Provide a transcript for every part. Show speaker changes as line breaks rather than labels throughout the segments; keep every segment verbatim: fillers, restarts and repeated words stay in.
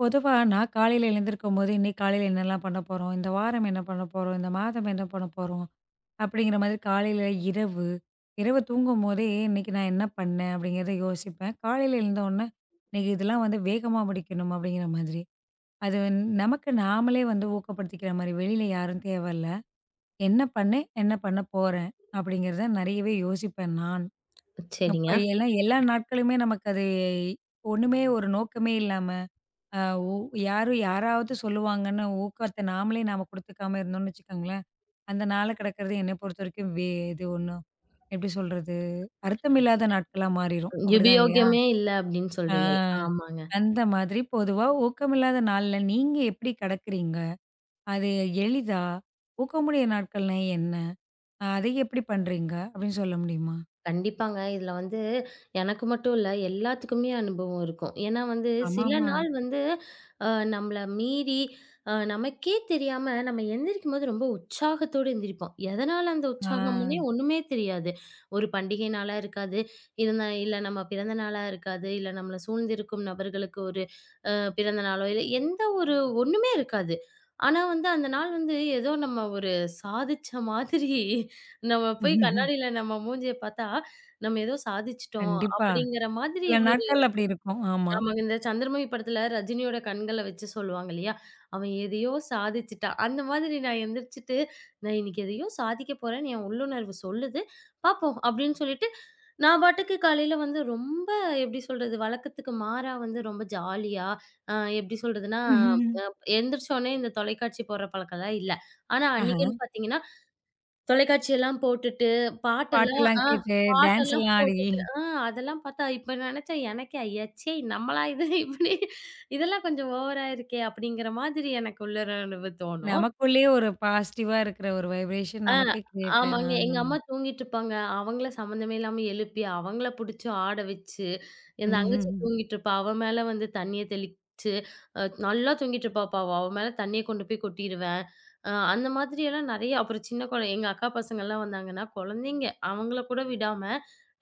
பொதுவா நான் காலையில எழுந்திருக்கும்போது, "இன்னைக்கு காலையில என்னலாம் பண்ண போறோம்? இந்த வாரம் என்ன பண்ண போறோம்? இந்த மாதம் என்ன பண்ண போறோம்?" அப்படிங்கிற மாதிரி காலையில, இரவு, இரவு தூங்கும்போதே, "இன்னைக்கு நான் என்ன பண்ணேன்?" அப்படிங்கிறத யோசிப்பேன். காலையில எழுந்தவுடனே, "இன்னைக்கு இதெல்லாம் வந்து வேகமா முடிக்கணும்." அப்படிங்கிற மாதிரி. அது வந்து நமக்கு நாமளே வந்து ஊக்கப்படுத்திக்கிற மாரி, வெளியில யாரும் தேவையில்ல. "என்ன பண்ணேன்? என்ன பண்ண போறேன்?" அப்படிங்கிறத நிறையவே யோசிப்பேன் நான். அப்ப
சரிங்க.
எல்லாம் எல்லா நாட்களுமே நமக்கு அது ஒண்ணுமே ஒரு நோக்கமே இல்லாம அ ஓ யாரும் யாராவது சொல்லுவாங்கன்னு ஊக்கத்த நாமளே நாம குடுத்துக்காம இருந்தோம்னு வச்சுக்கோங்களேன், அந்த நாளு கிடக்கிறது என்ன பொறுத்தவரைக்கும் வே இது ஒண்ணும், எப்படி சொல்றது? அர்த்தமில்லாத நாட்களா மாறிரும். அப்படிதான் இல்லையா?
உபயோகமே இல்ல அப்படின்னு
ஆ.
சொல்றீங்க. ஆமாங்க.
அந்த மாதிரி பொதுவா ஊக்கமில்லாத நாள்ல நீங்க எப்படி கடக்கிறீங்க? அது எளிதா? ஊக்கமுடைய நாட்கள்னா என்ன? ஆஹ் அதை எப்படி பண்றீங்க? அப்படின்னு சொல்ல முடியுமா?
கண்டிப்பாங்க. இதுல வந்து எனக்கு மட்டும் இல்ல, எல்லாத்துக்குமே அனுபவம் இருக்கும். ஏன்னா வந்து சில
ஆமாமா.
நாள் வந்து அ நம்மள மீறி அ நமக்கே தெரியாம நம்ம எந்திரிக்கும்போது ரொம்ப உற்சாகத்தோட எந்திரிப்போம். எதனால அந்த உற்சாகம்னே
ஆ.
ஒண்ணுமே தெரியாது. ஒரு பண்டிகை நாளா இருக்காது. இல்லனா இல்ல நம்ம பிறந்த நாளா இருக்காது. இல்ல நம்மள சூழ்ந்திருக்கும் நபர்களுக்கு ஒரு அ பிறந்த நாளோ இல்ல எந்த ஒரு ஒண்ணுமே இருக்காது. ஆனா வந்து அந்த நாள் வந்து ஏதோ நம்ம ஒரு சாதிச்ச மாதிரி நம்ம போய் கண்ணாடில நம்ம மூஞ்சிய பார்த்தா, நம்ம ஏதோ சாதிச்சுட்டோம்
கண்டிப்பா.
அப்படிங்கிற மாதிரி
சில
ஒரு
நாட்கள் அப்படி இருக்கும். ஆமா.
ஆமா, இந்த சந்திரமுகி படத்துல ரஜினியோட கண்கள வச்சு சொல்லுவாங்க இல்லையா? அவன் எதையோ சாதிச்சுட்டான். அந்த மாதிரி நான் எந்திரிச்சுட்டு, நான் இன்னைக்கு எதையோ சாதிக்க போறேன்னு என் உள்ளுணர்வு சொல்லுது. பார்ப்போம் அப்படின்னு சொல்லிட்டு, நான் பாட்டுக்கு காலையில வந்து ரொம்ப எப்படி சொல்றது? வழக்கத்துக்கு மாறா வந்து ரொம்ப ஜாலியா, அ எப்படி சொல்றதுன்னா, எந்திரிச்சோனே இந்த தொலைக்காட்சி போடுற பழக்கம்லாம் இல்ல. ஆனா அன்னைக்குன்னு பார்த்தீங்கன்னா தொலைக்காட்சியெல்லாம் போட்டுட்டு, பாட்டெல்லாம்
பாட்டெல்லாம்
ஆ
கேட்டு, டான்ஸ்
பாட்டெல்லாம்
எல்லாம் ஆடி,
போட்டுட்டு ஆ அதெல்லாம் பார்த்தா இப்ப நெனச்சேன் எனக்கே, "ஐயச்சே! நம்மளா இது இப்படி இதெல்லாம் கொஞ்சம் ஓவரா இருக்கே!" அப்படிங்கிற மாதிரி எனக்குள்ள தோணும்.
நமக்குள்ளேயே ஒரு பாசிட்டிவா இருக்கிற ஒரு வைப்ரேஷன்
ஆ,
நமக்கே கிரியேட்
ஆமாங்க.
ஆ.
எங்க அம்மா தூங்கிட்டுருப்பாங்க. அவங்கள சம்மந்தமே இல்லாம எழுப்பி, அவங்கள புடிச்சு ஆட வச்சு, என் தங்கச்சி
ம்.
தூங்கிட்டுருப்பா. அவ மேல வந்து தண்ணிய தெளிச்சு, அ நல்லா தூங்கிட்டுருப்பா பாவம். அவ மேல தண்ணிய கொண்டு போய் கொட்டிருவேன். அ அந்த மாதிரியெல்லாம் நெறைய அப்புறம் சின்ன கொழ எங்க அக்கா பசங்கலாம் வந்தாங்கன்னா, குழந்தைங்க அவங்கள கூட விடாம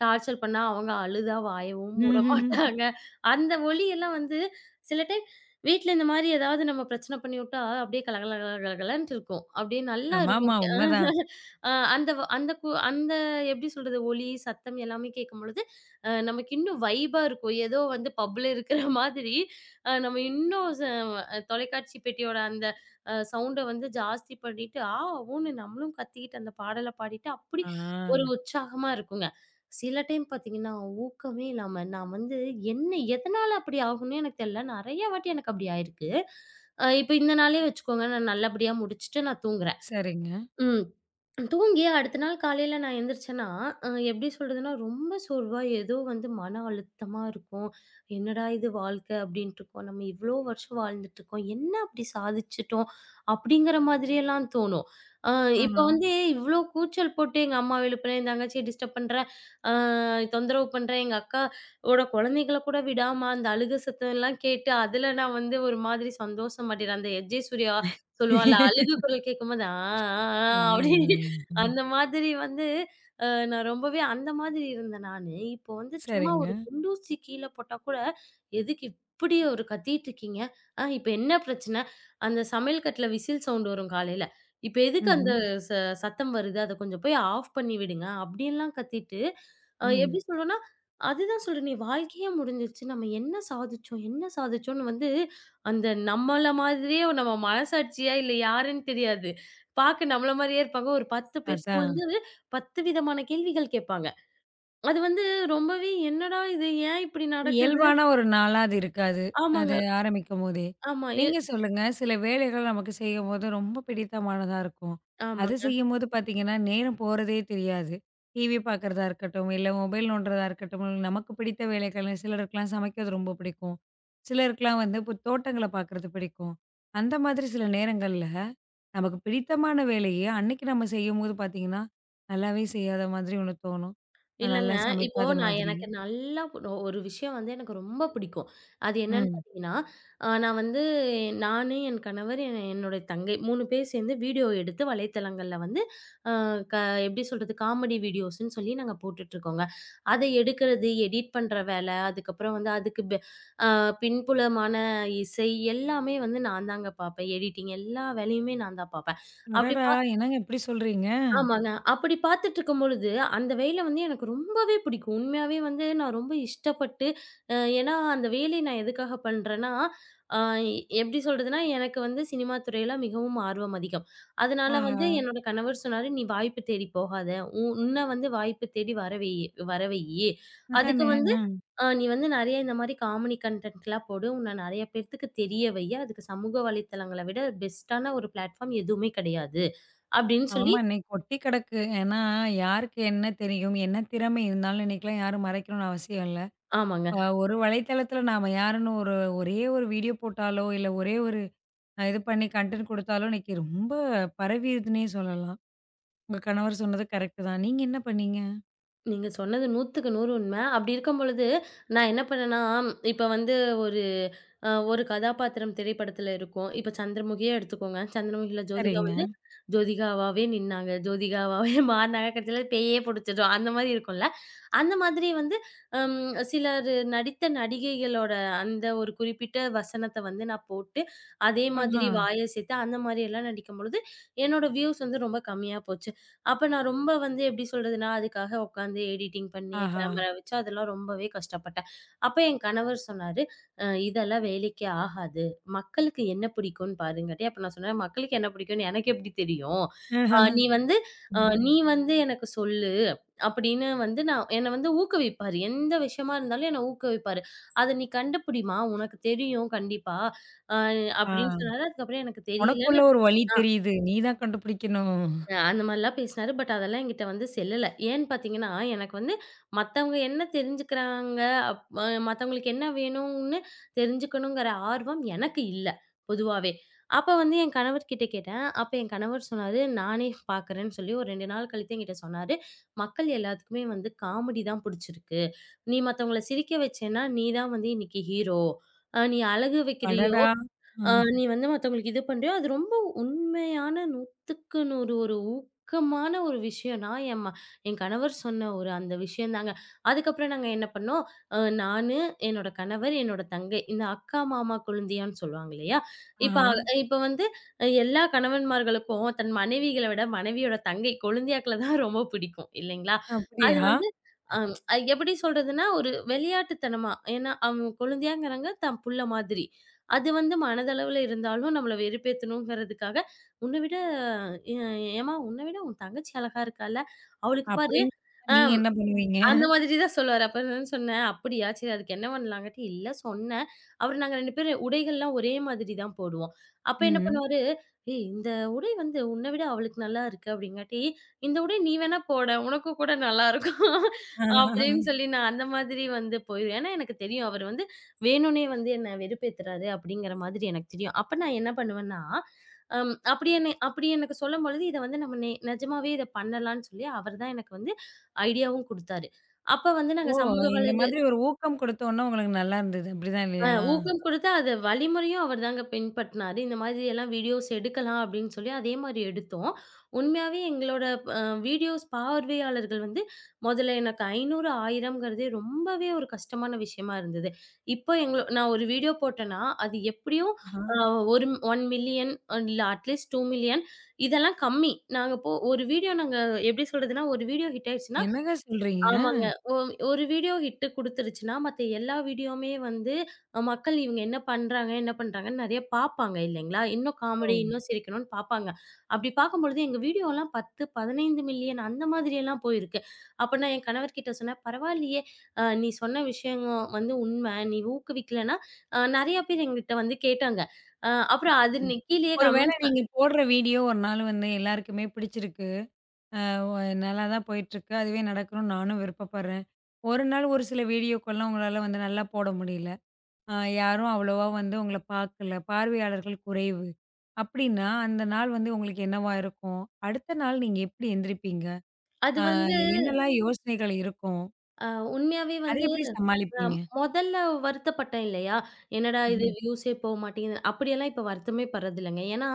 டார்ச்சர் பண்ணா, அவங்க அழுதா வாயவும் மூட மாட்டாங்க. அந்த ஒலியெல்லாம் வந்து சில டைம் வீட்ல இந்த மாரி ஏதாவது நம்ம பிரச்சனை பண்ணிவுட்டா, அப்படியே கலகல கல கலகலன்ட்டு இருக்கும். அப்படியே நல்லா இருக்கும்.
ஆமாமா உண்மதான்.
அ அந்த வ அந்த கு அந்த எப்படி சொல்றது? ஒலி, சத்தம் எல்லாமே கேட்கும்பொழுது, அ நமக்கு இன்னும் வைபா இருக்கும். ஏதோ வந்து பப்ல இருக்கிற மாதிரி, அ நம்ம இன்னும் ச அ தொலைக்காட்சி பெட்டியோட அந்த அ சவுண்ட வந்து ஜாஸ்தி பண்ணிட்டு, ஆ ஊன்னு நம்மளும் கத்திக்கிட்டு அந்த பாடல பாடிட்டு, அப்படி
ஆ.
ஒரு உற்சாகமா இருக்குங்க. சில டைம் பார்த்தீங்கன்னா, ஊக்கமே இல்லாம நான் வந்து என்ன எதனால அப்படி ஆகும்னே எனக்கு தெரியல. நெறைய வாட்டி எனக்கு அப்படி ஆயிருக்கு. அ இப்ப இந்த நாளே வச்சுக்கோங்க, நான் நல்லபடியா முடிச்சுட்டு நான் தூங்குறேன்.
சரிங்க.
ம். தூங்கி அடுத்த நாள் காலையில நான் எந்திரிச்சேன்னா, அ எப்படி சொல்றதுன்னா, ரொம்ப சோர்வா ஏதோ வந்து மன அழுத்தமா இருக்கும். "என்னடா இது வாழ்க்கை?" அப்படின்ட்டுருக்கும். நம்ம இவ்வளோ வருஷம் வாழ்ந்துட்டுருக்கோம். என்ன அப்படி சாதிச்சுட்டோம்? அப்படிங்கிற மாதிரியெல்லாம் தோணும். அ இப்போ
ஆஹா.
வந்து இவ்வளோ கூச்சல் போட்டு எங்க அம்மாவ எழுப்புறேன், என் தங்கச்சிய டிஸ்டர்ப் பண்றேன், அ தொந்தரவு பண்றேன், எங்க அக்கா ஓட குழந்தைகள கூட விடாம அந்த அழுக சத்தம்லாம் கேட்டு, அதில நான் வந்து ஒரு மாதிரி சந்தோஷம் மாட்டிறேன். அந்த எஸ். ஜே. சூர்யா சொல்லுவான்ல, "அழுகை குரல் கேட்கும்போது ஆ ஆ ஆ" அப்படின்னு
ம். ஆ.
அந்த மாதிரி வந்து அ நான் ரொம்பவே அந்த மாதிரி இருந்தேன் நானு. இப்போ வந்து சும்மா ஒரு
சரிங்க.
குண்டூசி கீழ போட்டா கூட, "எதுக்கு இப்படி ஒரு கத்திட்டு இருக்கீங்க? ஆ இப்ப என்ன பிரச்சனை?" அந்த சமையல் கட்டுல விசில் சவுண்ட் வரும் காலையில. "இப்ப எதுக்கு
ம்ஹ்ம்.
அந்த ச சத்தம் வருது? அத கொஞ்சம் போய் ஆஃப் பண்ணி விடுங்க." அப்படியெல்லாம் கத்திட்டு, அ எப்படி
ம்.
சொல்றேன்னா, அதுதான் சொல்றேனே "நீ வாழ்க்கையே முடிஞ்சிருச்சு. நம்ம என்ன சாதிச்சோம்? என்ன சாதிச்சோம்ன்னு" வந்து அந்த நம்மள மாதிரியே நம்ம மனசாட்சியா, இல்ல யாருன்னு தெரியாது. பாக்க நம்மள மாரியே இருப்பாங்க. ஒரு பத்து பேர்
அதான்.
சூழ்ந்து பத்து விதமான கேள்விகள் கேட்பாங்க. அது வந்து ரொம்பவே என்னடா இது? ஏன் இப்படி நடக்குது?
இயல்பான ஒரு நாளா அது இருக்காது. அது
ஆமாங்க.
ஆரம்பிக்கும்போதே.
ஆமா. எ
நீங்க சொல்லுங்க, சில வேலைகள் நமக்கு செய்யும்போது ரொம்ப பிடித்தமானதா இருக்கும்.
ஆமா.
அது செய்யும்போது பார்த்தீங்கன்னா, நேரம் போறதே தெரியாது. டிவி பார்க்குறதா இருக்கட்டும், இல்ல மொபைல் நோண்டுறதா இருக்கட்டும், இல்ல நமக்கு பிடித்த வேலைகள் சிலருக்குலாம் சமைக்கிறது ரொம்ப பிடிக்கும். சிலருக்குலாம் வந்து இப்போ தோட்டங்கள பார்க்குறது பிடிக்கும். அந்த மாதிரி சில நேரங்கள்ல, நமக்கு பிடித்தமான வேலைய அன்னைக்கு நம்ம செய்யும்போது பார்த்தீங்கன்னா, நல்லாவே செய்யாத மாதிரி ஒண்ணு தோணும். அஹ்
இல்லங்க.
நல்லா
இப்போ
சமைக்காத
நான்
மாதிரி.
எனக்கு நல்லா புடு ஒரு விஷயம் வந்து எனக்கு ரொம்ப பிடிக்கும். அது என்னன்னு
ம்.
பார்த்தீங்கன்னா, அ நான் வந்து நானு, என் கணவர், என் என்னுடைய தங்கை மூணு பேர் சேர்ந்து வீடியோ எடுத்து வலைத்தளங்கள்ல வந்து அ க எப்படி சொல்றது? காமெடி வீடியோஸ்ன்னு சொல்லி நாங்க போட்டுட்ருக்கோங்க. அத எடுக்கிறது, எடிட் பண்ற வேலை, அதுக்கப்புறம் வந்து அதுக்கு பெ அ பின்புலமான இசை எல்லாமே வந்து நான் தாங்க பார்ப்பேன். எடிட்டிங் எல்லா வேலையுமே நான் தான் பார்ப்பேன். அப்படி
அடடா! என்னங்க இப்டி சொல்றீங்க?
ஆமாங்க. அப்படி பார்த்துட்டுருக்கும் பொழுது, அந்த வேல வந்து எனக்கு ரொம்பவே பிடிக்கும். உண்மையாவே வந்து நான் ரொம்ப இஷ்டப்பட்டு அ ஏன்னா அந்த வேலைய நான் எதுக்காக பண்றேன்னா, அ எப்படி சொல்றதுன்னா, எனக்கு வந்து சினிமா துறையில மிகவும் ஆர்வம் அதிகம். அதனால
ஆஹா!
வந்து என்னோட கணவர் சொன்னாரு, "நீ வாய்ப்பு தேடி போகாத. உ உன்ன வந்து வாய்ப்பு தேடி வர வை வர வையி. அதுக்கு
அதானே.
வந்து
அ.
அ நீ வந்து நெறைய இந்த மாரி காமெடி கன்டென்ட்லாம் போடு. உன்ன நெறைய பேத்துக்கு தெரிய வையி. அதுக்கு சமூக வலைத்தளங்கள விட பெஸ்ட்டான ஒரு பிளாட்ஃபார்ம் எதுவுமே கிடையாது." அப்படின்னு சொல்லி
ஆமா இன்னைக்கு கொட்டி கிடக்கு. ஏன்னா, யாருக்கு என்ன தெரியும்? என்ன திறமை இருந்தாலும் இன்னைக்குலாம் யாரும் மறைக்கணும்னு அவசியம் இல்ல.
ஆமாங்க.
அ ஒரு வலைத்தளத்துல நாம யாருன்னு ஒரு ஒரே ஒரு வீடியோ போட்டாலோ, இல்ல ஒரே ஒரு அ இது பண்ணி கன்டென்ட் குடுத்தாலோ, இன்னைக்கு ரொம்ப பரவிருதுன்னே சொல்லலாம். உங்க கணவர் சொன்னது கரெக்ட் தான். நீங்க என்ன பண்ணீங்க?
நீங்க சொன்னது 100க்கு நூறு உண்ம. அப்படி இருக்கும் பொழுது, நான் என்ன பண்ணேன்னா, இப்ப வந்து ஒரு அ ஒரு கதாபாத்திரம் திரைப்படத்துல இருக்கும். இப்ப சந்திரமுகியே எடுத்துக்கோங்க. சந்திரமுகியில ஜோதிகா வந்து
சரிங்க.
ஜோதிகாவாவே நின்னாங்க. ஜோதிகாவாவே மாறுனாங்க. கடைசியில பேயே புடிச்சிடும். அந்த மாரி இருக்கும்ல. அந்த மாதிரி வந்து அம் சிலர் நடித்த நடிகைகளோட அந்த ஒரு குறிப்பிட்ட வசனத்த வந்து நான் போட்டு, அதே
ஆஹா!
மாதிரி வாய சேர்த்து அந்த மாரி எல்லாம் நடிக்கும்பொழுது, என்னோட வியூஸ் வந்து ரொம்ப கம்மியா போச்சு. அப்ப நான் ரொம்ப வந்து எப்படி சொல்றதுன்னா, அதுக்காக உட்காந்து எடிட்டிங் பண்ணி,
ஆஹா!
கேமரா வச்சு அதெல்லாம் ரொம்பவே கஷ்டப்பட்டேன். அப்ப என் கணவர் சொன்னாரு, "அ இதெல்லாம் வேலைக்கே ஆகாது. மக்களுக்கு என்ன பிடிக்கும்னு பாருங்காட்டி." அப்ப நான் சொன்னேன், "மக்களுக்கு என்ன பிடிக்கும்னு எனக்கு எப்படி தெரியும்? அ நீ வந்து அ
ம்.
நீ வந்து எனக்கு சொல்லு. அப்படின்னு வந்து நான் என்ன வந்து ஊக்குவிப்பாரு. எந்த விஷயமா இருந்தாலும் என்ன ஊக்குவிப்பாரு. "அத நீ கண்டுபிடிம்மா! உனக்கு தெரியும் கண்டிப்பா." அ
ஆ.
அப்படின்னு சொன்னாரு. அதுக்கப்புறம் எனக்கு
உனக்குள்ள
தெரியலன்னு
ஒரு வழி தெரியுது. நீ தான் கண்டுபிடிக்கணும்.
அ அந்த மாரிலாம் பேசினாரு. பட் அதெல்லாம் என்கிட்ட வந்து செல்லல. ஏன்னு பார்த்தீங்கன்னா, எனக்கு வந்து மத்தவங்க என்ன தெரிஞ்சுக்கிறாங்க, அப் அ மத்தவங்களுக்கு என்ன வேணும்னு தெரிஞ்சுக்கணுங்கிற ஆர்வம் எனக்கு இல்ல, பொதுவாவே. அப்ப வந்து என் கணவர்கிட்ட கேட்டேன். அப்ப என் கணவர் சொன்னாரு, "நானே பார்க்குறேன்னு" சொல்லி ஒரு ரெண்டு நாள் கழித்து என்கிட்ட சொன்னாரு. "மக்கள் எல்லாத்துக்குமே வந்து காமெடி தான் புடிச்சிருக்கு. நீ மத்தவங்கள சிரிக்க வச்சேன்னா, நீ தான் வந்து இன்னைக்கு ஹீரோ. அ நீ அழகு வைக்கிறியோ
அடடா! அ.
ஆ நீ வந்து மத்தவங்களுக்கு இது பண்றியோ, அது ரொம்ப உண்மையான 100க்கு நூறு ஒரு ஊக்கமான ஒரு விஷயம்னா, என் ம என் கணவர் சொன்ன ஒரு அந்த விஷயம் தாங்க. அதுக்கப்புறம் நாங்க என்ன பண்ணோம், அ நானு, என்னோட கணவர், என்னோட தங்கை இந்த அக்கா, மாமா, கொழுந்தியான்னு சொல்லுவாங்க இல்லையா? இப்ப
ஆஹா!
அ- இப்ப வந்து அஹ் எல்லா கணவன்மார்களுக்கும் தன் மனைவிகளை விட மனைவியோட தங்கை கொழுந்தியாக்கள தான் ரொம்ப பிடிக்கும் இல்லைங்களா? அது
அப்படியா?
வந்து அம் அது எப்படி சொல்றதுன்னா, ஒரு விளையாட்டுத்தனமா. ஏன்னா, அவங்க கொழுந்தியாங்கிறாங்க, தான் புள்ள மாதிரி. அது வந்து மனதளவுல இருந்தாலும் நம்மள வெறுப்பேத்தணுங்கிறதுக்காக, "உன்ன விட எ ஏம்மா உன்ன விட உன் தங்கச்சி அழகா இருக்கால்ல, அவளுக்கு பாரு"
அப்படின்னு சொன்னா
ஆ
நீங்க என்ன பண்ணுவீங்க?
அந்த மாதிரி தான் சொல்லுவாரு. அப்ப நான் சொன்னேன், "அப்படியா! சரி அதுக்கு என்ன பண்ணலாங்காட்டி" "இல்ல சொன்னேன். அவரு நாங்க ரெண்டு பேரும் உடைகள்லாம் ஒரே மாதிரி தான் போடுவோம்." அப்ப என்ன
ம்.
பண்ணுவாரு, "ஏய்! இந்த உடை வந்து உன்ன விட அவளுக்கு நல்லா இருக்கு." அப்படிங்காட்டி, "இந்த உடை நீ வேணா போடேன். உனக்கு கூட நல்லா இருக்கும்." அப்படின்னு சொல்லி நான் அந்த மாதிரி வந்து போயிருவேன். ஏன்னா எனக்கு தெரியும் அவரு வந்து வேணும்னே வந்து என்ன வெறுப்பேத்துறாரு அப்படிங்கிற மாதிரி எனக்கு தெரியும். அப்ப நான் என்ன பண்ணுவேன்னா, அம் அப்படி என்னை அப்படி எனக்கு சொல்லும்பொழுது இத வந்து நம்ம நெ நிஜமாவே இத பண்ணலான்னு சொல்லி அவர் தான் எனக்கு வந்து ஐடியாவும் குடுத்தாரு. அப்ப வந்து நாங்க
ஓ!
சமூக
இந்த
வலைது
மாதிரி ஒரு ஊக்கம் குடுத்தோன்ன உங்களுக்கு நல்லா இருந்தது. அப்படிதான்
அ
இல்லையா?
ஊக்கம் குடுத்து அத வழிமுறையும் அவர் தாங்க பின்பற்றினாரு. இந்த மாதிரி எல்லாம் வீடியோஸ் எடுக்கலாம் அப்படின்னு சொல்லி அதே மாரி எடுத்தோம். உண்மையாவே எங்களோட அ வீடியோஸ் பார்வையாளர்கள் வந்து மொதல்ல எனக்கு ஐநூறு, 1000ங்கிறதே ரொம்பவே ஒரு கஷ்டமான விஷயமா இருந்தது. இப்போ எங்கள நான் ஒரு வீடியோ போட்டேன்னா, அது எப்படியும்
ஆஹா.
அ ஒரு ஒரு மில்லியன் இல்ல அட்லீஸ்ட் ரெண்டு மில்லியன் இதெல்லாம் கம்மி. நாங்க போ ஒரு வீடியோ நாங்க எப்படி சொல்றதுன்னா, ஒரு வீடியோ ஹிட் ஆயிடுச்சுன்னா
என்னங்க சொல்றீங்க?
ஆமாங்க. ஒ ஒரு வீடியோ ஹிட் குடுத்துருச்சுன்னா, மத்த எல்லா வீடியோவுமே வந்து அ மக்கள் இவங்க என்ன பண்றாங்க, என்ன பண்றாங்கன்னு நெறைய பார்ப்பாங்க இல்லைங்களா? இன்னும் காமெடி,
ஓ!
இன்னும் சிரிக்கணும்னு பார்ப்பாங்க. அப்படி பார்க்கும்பொழுது எங்க வீடியோலாம் பத்து, பதினைந்து மில்லியன் அந்த மாதிரியெல்லாம் போயிருக்கு. அப்ப நான் என் கணவர்கிட்ட சொன்னேன், "பரவாயில்லையே! அ நீ சொன்ன விஷயம் வந்து உண்ம. நீ ஊக்குவிக்கலன்னா" அ நெறைய பேர் என்கிட்ட வந்து கேட்டாங்க. அ அப்புறம் அது நி கீழயே
ஒருவேளை
கமெண்ட்ஸ்
நீங்க போடுற வீடியோ ஒரு நாள் வந்து எல்லாருக்குமே பிடிச்சிருக்கு. அ ஒ நல்லா தான் போயிட்டுருக்கு. அதுவே நடக்கணும்னு நானும் விருப்பப்படுறேன். ஒரு நாள் ஒரு சில வீடியோக்கெல்லாம் உங்களால வந்து நல்லா போட முடியல. அ யாரும் அவ்வளவா வந்து உங்கள பார்க்கல. பார்வையாளர்கள் குறைவு. அப்படின்னா, அந்த நாள் வந்து உங்களுக்கு என்னவா இருக்கும்? அடுத்த நாள் நீங்க எப்படி எந்திரிப்பீங்க?
அது
ஆ
வந்து
என்னெல்லாம் யோசனைகள் இருக்கும்?
உண்மையாவே
அத
வந்து
எப்படி
அ
சமாளிப்பீங்க?
மொதல்ல வருத்தப்பட்டேன் இல்லையா? என்னடா இது
ம்.
வியூஸே போ மாட்டேங்குது. அப்படியெல்லாம் இப்ப வருத்தமே படுறதில்லங்க. ஏன்னா,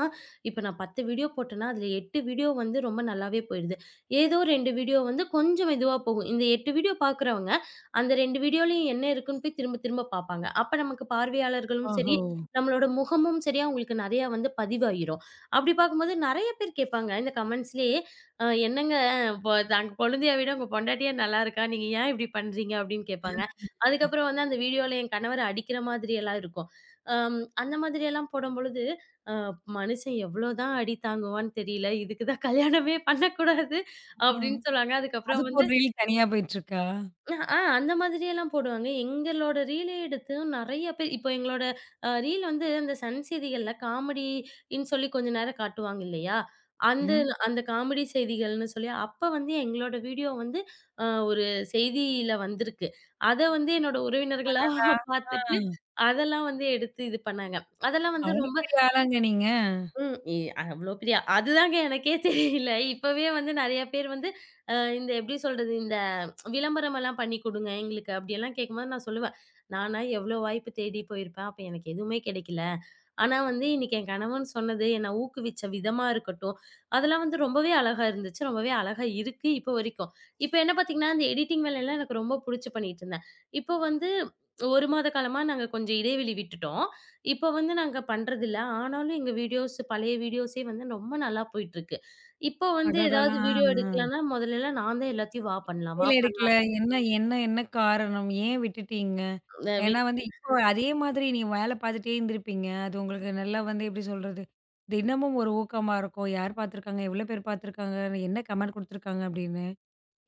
இப்ப நான் பத்து வீடியோ போட்டேன்னா, அதுல எட்டு வீடியோ வந்து ரொம்ப நல்லாவே போயிடுது. ஏதோ ரெண்டு வீடியோ வந்து கொஞ்சம் இதுவா போகும். இந்த எட்டு வீடியோ பார்க்குறவங்க, அந்த ரெண்டு வீடியோலயும் என்ன இருக்குன்னு போய் திரும்ப திரும்ப பார்ப்பாங்க. அப்ப நமக்கு பார்வையாளர்களும் சரி,
ஓஹோ!
நம்மளோட முகமும் சரி, அவங்களுக்கு நெறையா வந்து பதிவாயிரும். அப்படி பார்க்கும்போது நெறைய பேர் கேட்பாங்க. இந்த கமெண்ட்ஸ்லயே "அ என்னங்க, பொ தன் கொழுந்தைய விட உங்க பொண்டாட்டியே நல்லாருக்கா. நீங்க ஏன் இப்படி பண்றீங்க?" அப்படின்னு கேட்பாங்க. அதுக்கப்புறம் வந்து அந்த வீடியோல என் கணவர அடிக்கிற மாதிரி எல்லாம் இருக்கும். அம் அந்த மாதிரி எல்லாம் போடும்பொழுது, அ மனுஷன் எவ்வளோதான் அடி தாங்குவான்னு தெரியல. இதுக்கு தான் கல்யாணமே பண்ணக்கூடாது
ஆ.
அப்படின்னு சொன்னாங்க. அதுக்கப்புறம்
அதுக்கு ஒரு
வந்து
ரீல் தனியா போயிட்டுருக்கா?
அஹ் ஆ அந்த மாதிரி எல்லாம் போடுவாங்க. எங்களோட ரீலே எடுத்து நெறைய பேர் இப்போ எங்களோட அ ரீல் வந்து அந்த சன் செய்திகள்ல காமெடின்னு சொல்லி கொஞ்ச நேரம் காட்டுவாங்க இல்லையா? அந்த
ம்.
அந்த காமெடி செய்திகள்னு சொல்லி, அப்ப வந்து எங்களோட வீடியோ வந்து அ ஒரு செய்தியில வந்திருக்கு. அத வந்து என்னோட உறவினர்கள்லாம்
அடடா! ஆ
பார்த்துட்டு, அதெல்லாம் வந்து எடுத்து இது பண்ணாங்க. அதெல்லாம் வந்து
அவங்களும்
ரொம்ப
பெரிய ஆளாங்க நீங்க.
ம். இ அவ்ளோ பெரிய அதுதாங்க எனக்கே தெரியல. இப்பவே வந்து நெறைய பேர் வந்து அ இந்த எப்படி சொல்றது? இந்த விளம்பரமெல்லாம் பண்ணி குடுங்க எங்களுக்கு அப்படியெல்லாம் கேட்கும்போது நான் சொல்லுவேன். நானா எவ்வளோ வாய்ப்பு தேடி போயிருப்பேன். அப்ப எனக்கு எதுவுமே கிடைக்கல. ஆனா வந்து இன்னைக்கு என் கணவன் சொன்னது, என்ன ஊக்குவிச்ச விதமா இருக்கட்டும், அதெல்லாம் வந்து ரொம்பவே அழகா இருந்துச்சு. ரொம்பவே அழகா இருக்கு இப்போ வரைக்கும். இப்ப என்ன பார்த்தீங்கன்னா, இந்த எடிட்டிங் வேலையெல்லாம் எனக்கு ரொம்ப புடிச்சு பண்ணிட்டு இருந்தேன். இப்போ வந்து ஒரு மாத காலமா நாங்க கொஞ்சம் இடைவெளி விட்டுட்டோம். இப்ப வந்து நாங்க பண்றதில்ல. ஆனாலும் எங்க வீடியோஸ் பழைய வீடியோஸே வந்து ரொம்ப நல்லா போயிட்டுருக்கு. இப்போ வந்து
அடடா!
ஏதாவது
ஆ,
வீடியோ
ஆ.
எடுக்கலன்னா, முதல்லலாம் நான் தான் எல்லாத்தையும் "வா பண்ணலாம், வா
புரியல எடுக்கல.
பண்ணலாம்."
என்ன என்ன என்ன காரணம்? ஏன் விட்டுட்டீங்க?
அ வி
ஏன்னா வந்து இப்போ அதே மாதிரி நீ வேலை பார்த்துட்டே இருந்திருப்பீங்க. அது உங்களுக்கு நல்லா வந்து எப்படி சொல்றது? தினமும் ஒரு ஊக்கமா இருக்கும். யார் பார்த்துருக்காங்க? எவ்வளோ பேர் பார்த்துருக்காங்க? என்ன கமெண்ட் குடுத்துருக்காங்க? அப்படின்னு.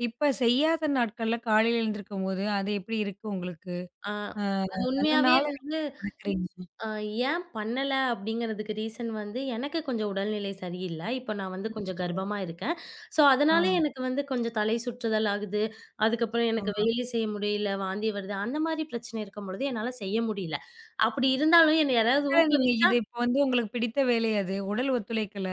இப்ப செய்யாத நாட்கள்ல காலையில எழுந்திருக்கும்போது, அது எப்படி இருக்கு உங்களுக்கு?
அ
அ
அது
அந்த
உண்மையாவே
நாள
வந்து
கடக்குறீங்க.
அ ஏன் பண்ணல அப்படிங்கிறதுக்கு ரீசன் வந்து எனக்கு கொஞ்சம் உடல்நிலை சரியில்ல. இப்போ நான் வந்து கொஞ்சம்
அச்சச்சோ!
கர்ப்பமா இருக்கேன். ஸோ
ஆ,
அதனால எனக்கு வந்து கொஞ்சம் தலை சுற்றுதல் ஆகுது. அதுக்கப்புறம் எனக்கு
ஆ.
வேலை செய்ய முடியல, வாந்தி வருது. அந்த மாரி பிரச்சனை இருக்கும் பொழுது என்னால செய்ய முடியல. அப்படி இருந்தாலும் என்ன யாராவது
ஆனா நீங்க
ஊக்குவிச்சு
இது இப்ப வந்து உங்களுக்கு பிடித்த வேலை அது. உடல் ஒத்துழைக்கல.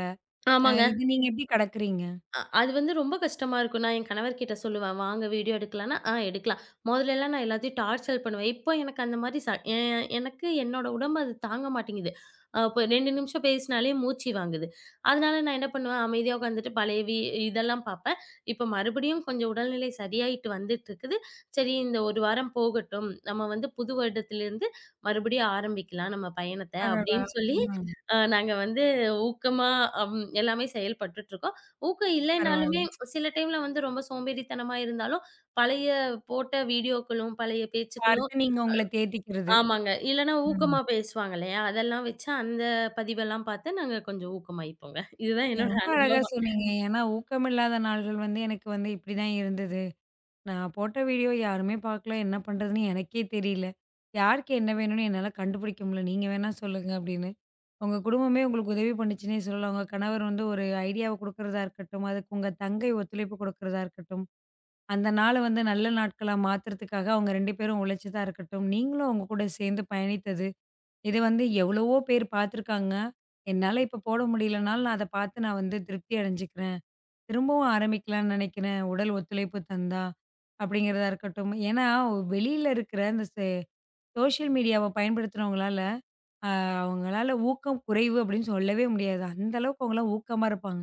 அ
ஆமாங்க.
இது நீங்க எப்படி கடக்குறீங்க?
அ அது வந்து ரொம்ப கஷ்டமா இருக்கும். நான் என் கணவர்கிட்ட சொல்லுவேன், "வாங்க வீடியோ எடுக்கலான்னா, ஆ எடுக்கலாம்." மொதலல்லாம் நான் எல்லாத்தையும் டார்ச்சர் பண்ணுவேன். இப்போ எனக்கு அந்த மாரி ச எ எனக்கு என்னோட உடம்பு அது தாங்க மாட்டேங்குது. அ இப்போ ரெண்டு நிமிஷம் பேசினாலே மூச்சு வாங்குது. அதனால நான் என்ன பண்ணுவேன், அமைதியா உட்காந்துட்டு பழைய வி இதெல்லாம் பார்ப்பேன். இப்போ மறுபடியும் கொஞ்சம் உடல்நிலை சரியாயிட்டு வந்துட்டுருக்குது. சரி இந்த ஒரு வாரம் போகட்டும். நம்ம வந்து புது வருடத்திலிருந்து மறுபடியும் ஆரம்பிக்கலாம் நம்ம பயணத்த,
அடடா!
அப்படின்னு சொல்லி
ம்.
அ நாங்க வந்து ஊக்கமா அம் எல்லாமே செயல்பட்டுட்டுருக்கோம். ஊக்கம்
பரவால்ல.
இல்லைனாலுமே சில டைம்ல வந்து ரொம்ப சோம்பேறித்தனமா இருந்தாலும், பழைய போட்ட வீடியோக்களும், பழைய பேச்சுக்களும்
பார்த்து நீங்க உங்கள தேத்திக்கிறது.
ஆமாங்க. இல்லன்னா
ம்.
ஊக்கமா பேசுவாங்க இல்லையா? அதெல்லாம் வச்சு அந்த பதிவெல்லாம் பார்த்து நாங்க கொஞ்சம் ஊக்கமாயிப்போங்க. இதுதான்
நீங்க
என்னோட
ரொம்ப அழகா
அனுபவம்.
சொன்னீங்க. ஏன்னா ஊக்கமில்லாத நாள்கள் வந்து எனக்கு வந்து இப்படிதான் இருந்தது. நான் போட்ட வீடியோ யாருமே பார்க்கல. என்ன பண்றதுன்னு எனக்கே தெரியல. யாருக்கு என்ன வேணும்னு என்னால கண்டுபிடிக்க முடியல. நீங்க வேணா சொல்லுங்க அப்படின்னு. உங்க குடும்பமே உங்களுக்கு உதவி பண்ணுச்சுன்னே சொல்லலாம். உங்க கணவர் வந்து ஒரு ஐடியாவ குடுக்குறதா இருக்கட்டும், அதுக்கு உங்க தங்கை ஒத்துழைப்பு குடுக்குறதா இருக்கட்டும், அந்த நாள வந்து நல்ல நாட்களா மாத்துறதுக்காக அவங்க ரெண்டு பேரும் உழைச்சதா இருக்கட்டும், நீங்களும் அவங்க கூட சேர்ந்து பயணித்தது, இது வந்து எவ்வளவோ பேர் பார்த்துருக்காங்க. என்னால இப்ப போட முடியலனாலும் நான் அத பார்த்து நான் வந்து திருப்தி அடைஞ்சுக்கிறேன். திரும்பவும் ஆரம்பிக்கலாம்னு நினைக்கிறேன். உடல் ஒத்துழைப்பு தந்தா, அப்படிங்கிறதா இருக்கட்டும். ஏன்னா வெளியில இருக்கிற அந்த ச சோஷியல் மீடியாவ பயன்படுத்துறவங்களால, அ அவங்களால ஊக்கம் குறைவு அப்படின்னு சொல்லவே முடியாது. அந்த அளவுக்கு அவங்கலாம் ஊக்கமா இருப்பாங்க.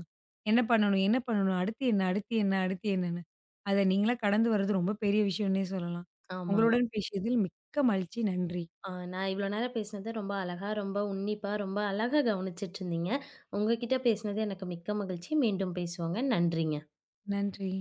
என்ன பண்ணணும்? என்ன பண்ணணும்? அடுத்து என்ன? அடுத்து என்ன? அடுத்து என்னன்னு? அத நீங்களா கடந்து வர்றது ரொம்ப பெரிய விஷயம்னே சொல்லலாம்.
ஆமாங்க.
உங்களுடன் பேசியதில் மிக்க மகிழ்ச்சி. நன்றி.
ஆ, நான் இவ்வளோ நேரம் பேசினது ரொம்ப அழகா, ரொம்ப உன்னிப்பா, ரொம்ப அழகா கவனிச்சிட்டு இருந்தீங்க. உங்க கிட்ட பேசினது எனக்கு மிக்க மகிழ்ச்சி. மீண்டும் பேசுவோங்க. நன்றிங்க.
நன்றி.